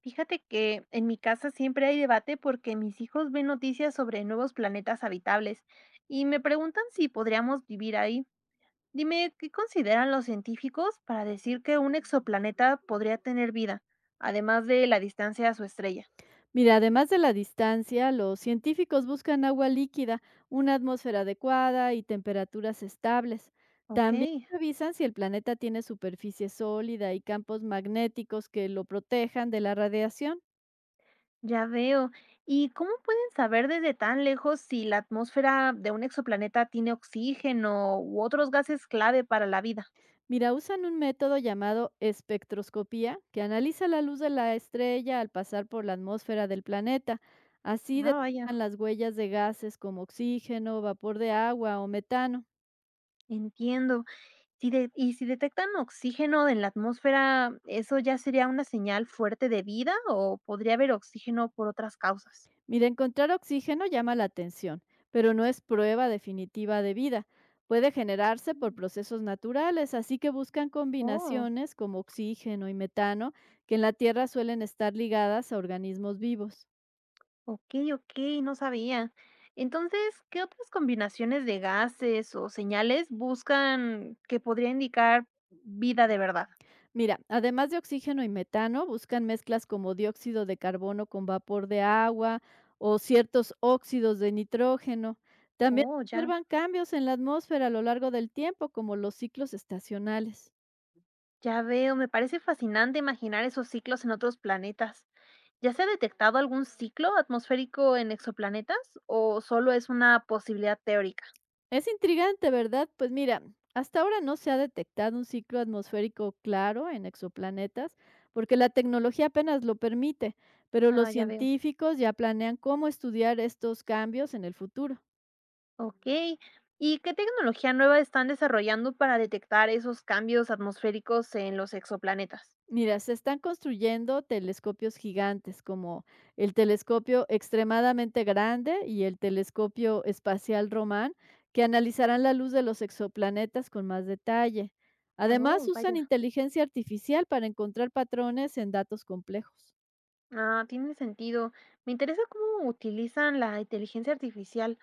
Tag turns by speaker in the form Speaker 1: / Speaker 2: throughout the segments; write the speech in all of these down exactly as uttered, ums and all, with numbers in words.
Speaker 1: Fíjate que en mi casa siempre hay debate porque mis hijos ven noticias sobre nuevos planetas habitables y me preguntan si podríamos vivir ahí. Dime, ¿qué consideran los científicos para decir que un exoplaneta podría tener vida, además de la distancia a su estrella?
Speaker 2: Mira, además de la distancia, los científicos buscan agua líquida, una atmósfera adecuada y temperaturas estables.
Speaker 1: Ok,
Speaker 2: También revisan si el planeta tiene superficie sólida y campos magnéticos que lo protejan de la radiación.
Speaker 1: ya veo. ¿Y cómo pueden saber desde tan lejos si la atmósfera de un exoplaneta tiene oxígeno u otros gases clave para la vida?
Speaker 2: Mira, usan un método llamado espectroscopía que analiza la luz de la estrella al pasar por la atmósfera del planeta. Así
Speaker 1: Ah, vaya,
Speaker 2: detectan las huellas de gases como oxígeno, vapor de agua o metano.
Speaker 1: entiendo. Si de ¿Y si detectan oxígeno en la atmósfera, eso ya sería una señal fuerte de vida o podría haber oxígeno por otras causas?
Speaker 2: Mira, encontrar oxígeno llama la atención, pero no es prueba definitiva de vida. Puede generarse por
Speaker 1: Mm.
Speaker 2: procesos naturales, así que buscan
Speaker 1: Oh,
Speaker 2: combinaciones como oxígeno y metano, que en la Tierra suelen estar ligadas a organismos vivos.
Speaker 1: ok, ok, no sabía. Entonces, ¿qué otras combinaciones de gases o señales buscan que podría indicar vida de verdad?
Speaker 2: Mira, además de oxígeno y metano, buscan mezclas como dióxido de carbono con vapor de agua o ciertos óxidos de nitrógeno. También
Speaker 1: Oh, ya,
Speaker 2: observan cambios en la atmósfera a lo largo del tiempo, como los ciclos estacionales.
Speaker 1: ya veo, me parece fascinante imaginar esos ciclos en otros planetas. ¿Ya se ha detectado algún ciclo atmosférico en exoplanetas o solo es una posibilidad teórica?
Speaker 2: Es intrigante, ¿verdad? Pues mira, hasta ahora no se ha detectado un ciclo atmosférico claro en exoplanetas, porque la tecnología apenas lo permite, pero los
Speaker 1: Ah, ya veo.
Speaker 2: científicos ya planean cómo estudiar estos cambios en el futuro.
Speaker 1: Okey. ¿Y qué tecnología nueva están desarrollando para detectar esos cambios atmosféricos en los exoplanetas?
Speaker 2: Mira, se están construyendo telescopios gigantes, como el telescopio extremadamente grande y el telescopio espacial Román, que analizarán la luz de los exoplanetas con más detalle.
Speaker 1: Oh,
Speaker 2: Además, usan
Speaker 1: vaya.
Speaker 2: inteligencia artificial para encontrar patrones en datos complejos.
Speaker 1: Ah, tiene sentido. Me interesa cómo utilizan la inteligencia artificial.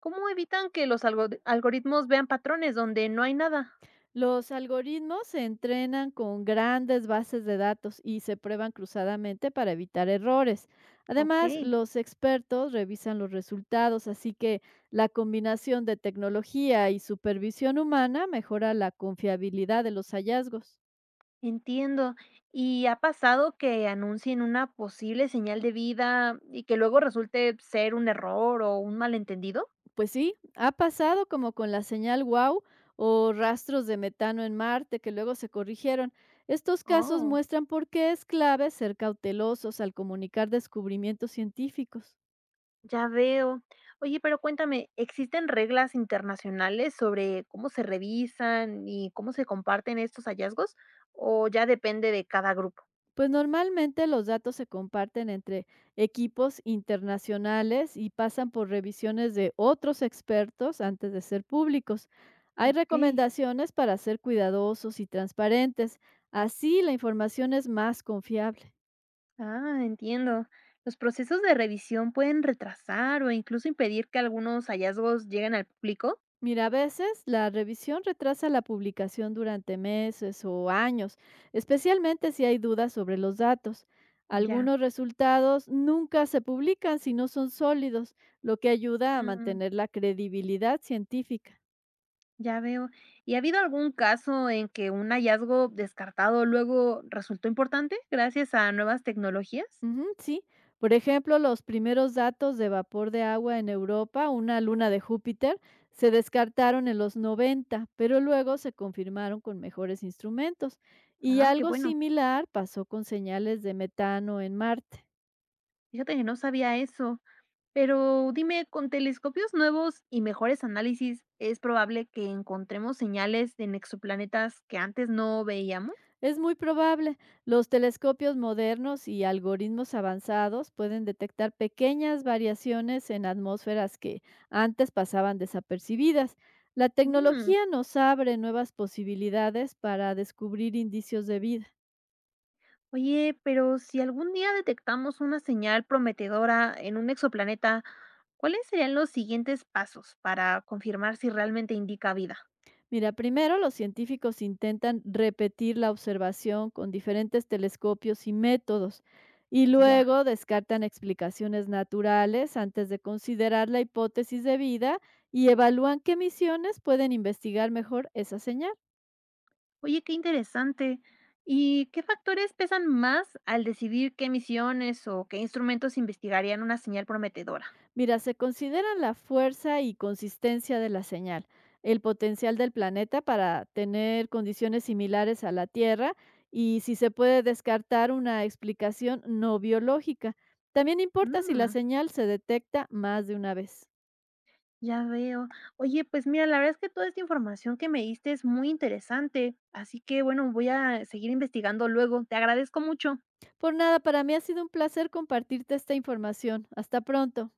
Speaker 1: ¿Cómo evitan que los algori algoritmos vean patrones donde no hay nada?
Speaker 2: Los algoritmos se entrenan con grandes bases de datos y se prueban cruzadamente para evitar errores. Además,
Speaker 1: Okey,
Speaker 2: los expertos revisan los resultados, así que la combinación de tecnología y supervisión humana mejora la confiabilidad de los hallazgos.
Speaker 1: entiendo. ¿Y ha pasado que anuncien una posible señal de vida y que luego resulte ser un error o un malentendido?
Speaker 2: Pues sí, ha pasado como con la señal W O W o rastros de metano en Marte que luego se corrigieron. Estos casos
Speaker 1: Oh.
Speaker 2: muestran por qué es clave ser cautelosos al comunicar descubrimientos científicos.
Speaker 1: Ya veo. Oye, pero cuéntame, ¿existen reglas internacionales sobre cómo se revisan y cómo se comparten estos hallazgos? ¿O ya depende de cada grupo?
Speaker 2: Pues normalmente los datos se comparten entre equipos internacionales y pasan por revisiones de otros expertos antes de ser públicos. Hay
Speaker 1: Ok,
Speaker 2: recomendaciones para ser cuidadosos y transparentes. Así la información es más confiable.
Speaker 1: ah, entiendo. Los procesos de revisión pueden retrasar o incluso impedir que algunos hallazgos lleguen al público.
Speaker 2: Mira, a veces la revisión retrasa la publicación durante meses o años, especialmente si hay dudas sobre los datos.
Speaker 1: Ya,
Speaker 2: Algunos resultados nunca se publican si no son sólidos, lo que ayuda a
Speaker 1: mm,
Speaker 2: mantener la credibilidad científica.
Speaker 1: ya veo. ¿Y ha habido algún caso en que un hallazgo descartado luego resultó importante gracias a nuevas tecnologías?
Speaker 2: Ujú, sí. Por ejemplo, los primeros datos de vapor de agua en Europa, una luna de Júpiter, se descartaron en los noventa, pero luego se confirmaron con mejores instrumentos. Y
Speaker 1: Ah, qué
Speaker 2: algo
Speaker 1: bueno.
Speaker 2: similar pasó con señales de metano en Marte.
Speaker 1: Fíjate que no sabía eso. Pero dime, con telescopios nuevos y mejores análisis, ¿es probable que encontremos señales en exoplanetas que antes no veíamos?
Speaker 2: Es muy probable. Los telescopios modernos y algoritmos avanzados pueden detectar pequeñas variaciones en atmósferas que antes pasaban desapercibidas. La
Speaker 1: Mm,
Speaker 2: tecnología nos abre nuevas posibilidades para descubrir indicios de vida.
Speaker 1: oye, pero si algún día detectamos una señal prometedora en un exoplaneta, ¿cuáles serían los siguientes pasos para confirmar si realmente indica vida?
Speaker 2: Mira, primero los científicos intentan repetir la observación con diferentes telescopios y métodos y
Speaker 1: Ya.
Speaker 2: luego descartan explicaciones naturales antes de considerar la hipótesis de vida y evalúan qué misiones pueden investigar mejor esa señal.
Speaker 1: Oye, qué interesante. ¿Y qué factores pesan más al decidir qué misiones o qué instrumentos investigarían una señal prometedora?
Speaker 2: Mira, se consideran la fuerza y consistencia de la señal, el potencial del planeta para tener condiciones similares a la Tierra y si se puede descartar una explicación no biológica. También importa si la
Speaker 1: Mm.
Speaker 2: señal se detecta más de una vez.
Speaker 1: Ya veo. Oye, pues mira, la verdad es que toda esta información que me diste es muy interesante, así que bueno, voy a seguir investigando luego. Te agradezco mucho.
Speaker 2: Por nada, para mí ha sido un placer compartirte esta información. Hasta pronto.